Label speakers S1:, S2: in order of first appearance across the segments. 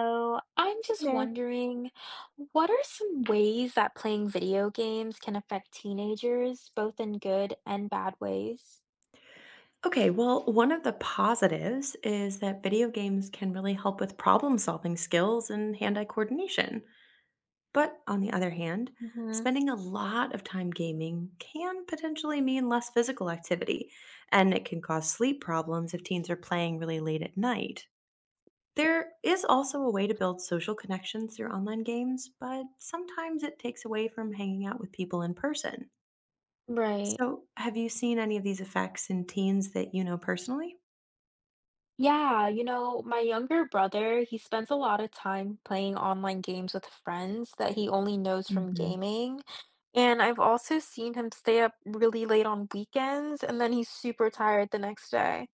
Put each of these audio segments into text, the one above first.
S1: So I'm
S2: Hi
S1: just
S2: there.
S1: wondering, what are some ways that playing video games can affect teenagers, both in good and bad ways?
S2: Okay, well, one of the positives is that video games can really help with problem solving skills and hand eye coordination. But on the other hand,
S1: Hmm.
S2: spending a lot of time gaming can potentially mean less physical activity, and it can cause sleep problems if teens are playing really late at night. There is also a way to build social connections through online games, but sometimes it takes away from hanging out with people in person.
S1: Right.
S2: So, have you seen any of these effects in teens that you know personally?
S1: Yeah, my younger brother, he spends a lot of time playing online games with friends that he only knows from
S2: hmm
S1: gaming. And I've also seen him stay up really late on weekends, and then he's super tired the next day.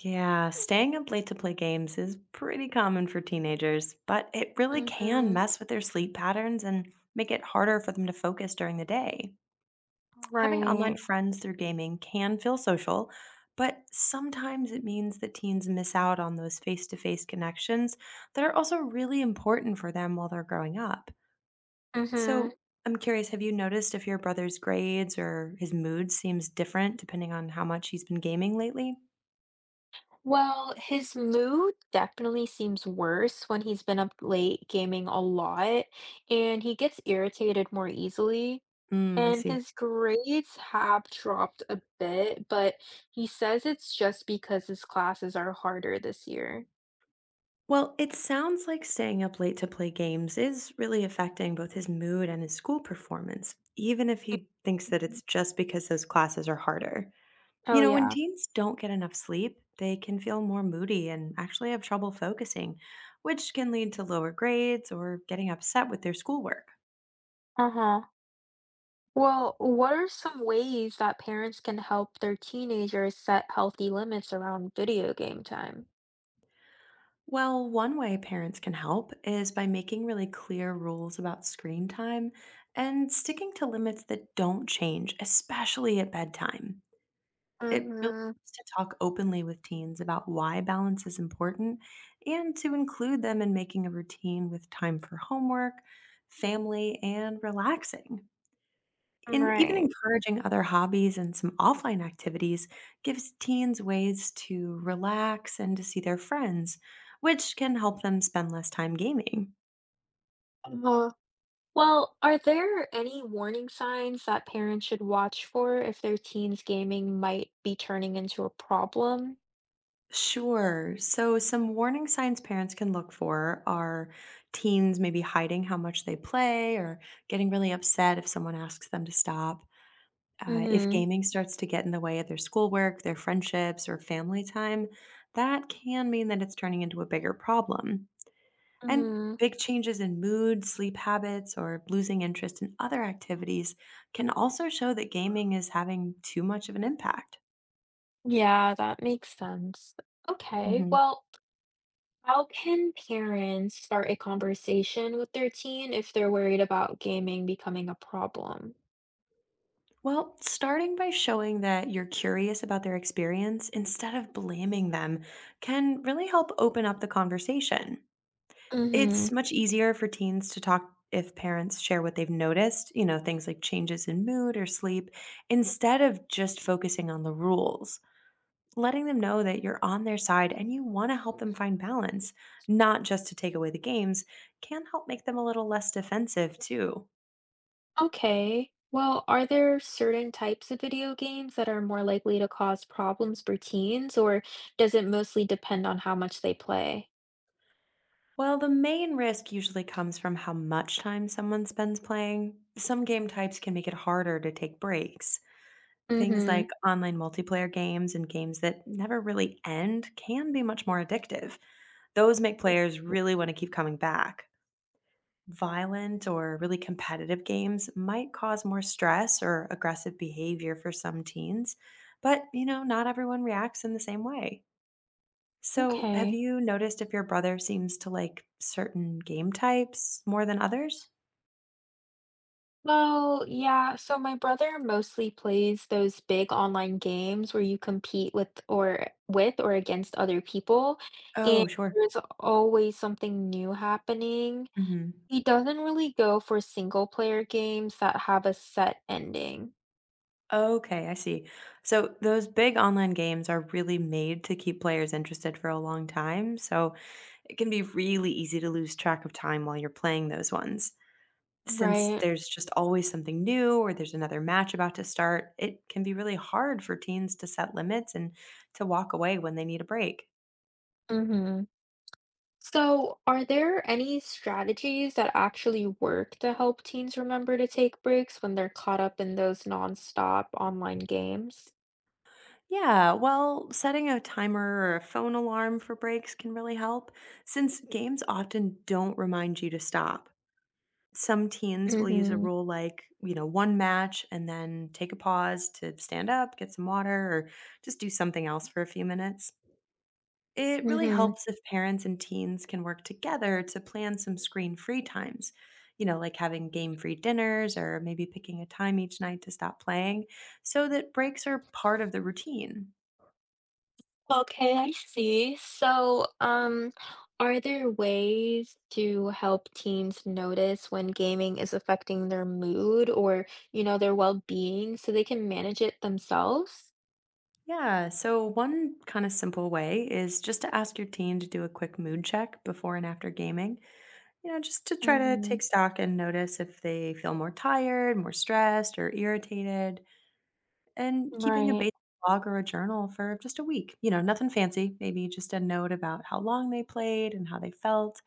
S2: Yeah, staying up late to play games is pretty common for teenagers, but it really can
S1: Mm-hmm.
S2: mess with their sleep patterns and make it harder for them to focus during the day. Having online
S1: Right.
S2: friends through gaming can feel social, but sometimes it means that teens miss out on those face to face connections that are also really important for them while they're growing up.
S1: Mm-hmm.
S2: So I'm curious, have you noticed if your brother's grades or his mood seems different depending on how much he's been gaming lately?
S1: Well, his mood definitely seems worse when he's been up late gaming a lot, and he gets irritated more easily.
S2: Mm, I
S1: And
S2: see.
S1: his grades have dropped a bit, but he says it's just because his classes are harder this year.
S2: Well, it sounds like staying up late to play games is really affecting both his mood and his school performance, even if he thinks that it's just because those classes are harder.
S1: Oh,
S2: You know, when
S1: yeah.
S2: teens don't get enough sleep, they can feel more moody and actually have trouble focusing, which can lead to lower grades or getting upset with their schoolwork.
S1: Uh-huh. Well, what are some ways that parents can help their teenagers set healthy limits around video game time?
S2: Well, one way parents can help is by making really clear rules about screen time and sticking to limits that don't change, especially at bedtime. It really
S1: Mm-hmm.
S2: is to talk openly with teens about why balance is important and to include them in making a routine with time for homework, family, and relaxing. And even
S1: Right.
S2: encouraging other hobbies and some offline activities gives teens ways to relax and to see their friends, which can help them spend less time gaming.
S1: Well, are there any warning signs that parents should watch for if their teen's gaming might be turning into a problem?
S2: Sure. So, some warning signs parents can look for are teens maybe hiding how much they play or getting really upset if someone asks them to stop. If
S1: Mm-hmm.
S2: gaming starts to get in the way of their schoolwork, their friendships, or family time, that can mean that it's turning into a bigger problem. And
S1: Mm,
S2: big changes in mood, sleep habits, or losing interest in other activities can also show that gaming is having too much of an impact.
S1: yeah, that makes sense. Okay,
S2: Mhm.
S1: well, how can parents start a conversation with their teen if they're worried about gaming becoming a problem?
S2: Well, starting by showing that you're curious about their experience instead of blaming them can really help open up the conversation.
S1: Mm-hmm.
S2: It's much easier for teens to talk if parents share what they've noticed, you know, things like changes in mood or sleep, instead of just focusing on the rules. Letting them know that you're on their side and you want to help them find balance, not just to take away the games, can help make them a little less defensive too.
S1: Okay, well, are there certain types of video games that are more likely to cause problems for teens, or does it mostly depend on how much they play?
S2: Well, the main risk usually comes from how much time someone spends playing. Some game types can make it harder to take breaks. Things like
S1: Mhm.
S2: online multiplayer games and games that never really end can be much more addictive. Those make players really want to keep coming back. Violent or really competitive games might cause more stress or aggressive behavior for some teens, but you know, not everyone reacts in the same way. So, have
S1: Okay.
S2: you noticed if your brother seems to like certain game types more than others?
S1: Well, yeah, so my brother mostly plays those big online games where you compete with or against other people, and
S2: Oh, sure.
S1: there's always something new happening.
S2: hmm
S1: He doesn't really go for single player games that have a set ending.
S2: Okay, I see. So, those big online games are really made to keep players interested for a long time. So, it can be really easy to lose track of time while you're playing those ones. Since
S1: Right.
S2: there's just always something new or there's another match about to start, it can be really hard for teens to set limits and to walk away when they need a break.
S1: Mhm. So, are there any strategies that actually work to help teens remember to take breaks when they're caught up in those nonstop online games?
S2: Yeah, well, setting a timer or a phone alarm for breaks can really help, since games often don't remind you to stop. Some teens will use a
S1: Mhm,
S2: rule like, you know, one match and then take a pause to stand up, get some water, or just do something else for a few minutes. It really
S1: mhm.
S2: helps if parents and teens can work together to plan some screen free times, you know, like having game free dinners or maybe picking a time each night to stop playing so that breaks are part of the routine.
S1: Okay, I see. So, are there ways to help teens notice when gaming is affecting their mood or their well-being so they can manage it themselves?
S2: Yeah, so one kind of simple way is just to ask your team to do a quick mood check before and after gaming, you know, just to try to
S1: Hmm.
S2: take stock and notice if they feel more tired, more stressed, or irritated. And keeping a
S1: Right.
S2: basic log or a journal for just a week, you know, nothing fancy, maybe just a note about how long they played and how they felt.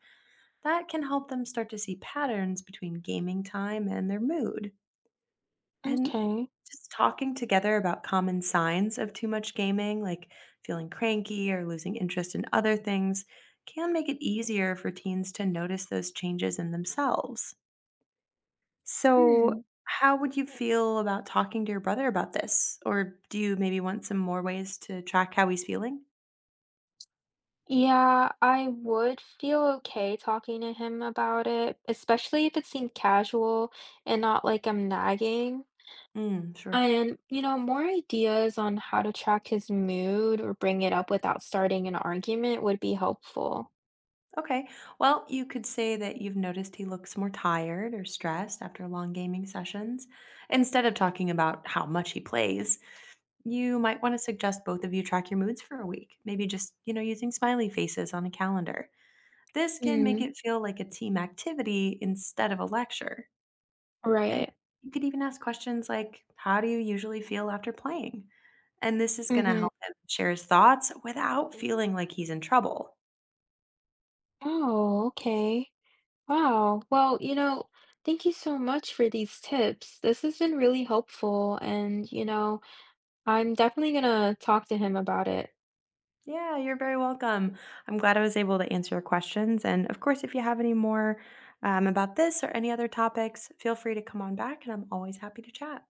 S2: That can help them start to see patterns between gaming time and their mood. And
S1: Okay.
S2: just talking together about common signs of too much gaming, like feeling cranky or losing interest in other things, can make it easier for teens to notice those changes in themselves.
S1: Hmm.
S2: So, how would you feel about talking to your brother about this? Or do you maybe want some more ways to track how he's feeling?
S1: Yeah, I would feel okay talking to him about it, especially if it seemed casual and not like I'm nagging.
S2: Mm, sure.
S1: And more ideas on how to track his mood or bring it up without starting an argument would be helpful.
S2: Okay. Well, you could say that you've noticed he looks more tired or stressed after long gaming sessions. Instead of talking about how much he plays, you might want to suggest both of you track your moods for a week, maybe just, you know, using smiley faces on a calendar. This can make
S1: Mm,
S2: it feel like a team activity instead of a lecture. And
S1: right.
S2: you could even ask questions like, "How do you usually feel after playing?" And this is going to
S1: Mm-hmm.
S2: help him share his thoughts without feeling like he's in trouble.
S1: Oh, okay. Wow. Well, thank you so much for these tips. This has been really helpful, and I'm definitely gonna talk to him about it.
S2: Yeah, you're very welcome. I'm glad I was able to answer your questions. And of course, if you have any more about this or any other topics, feel free to come on back, and I'm always happy to chat.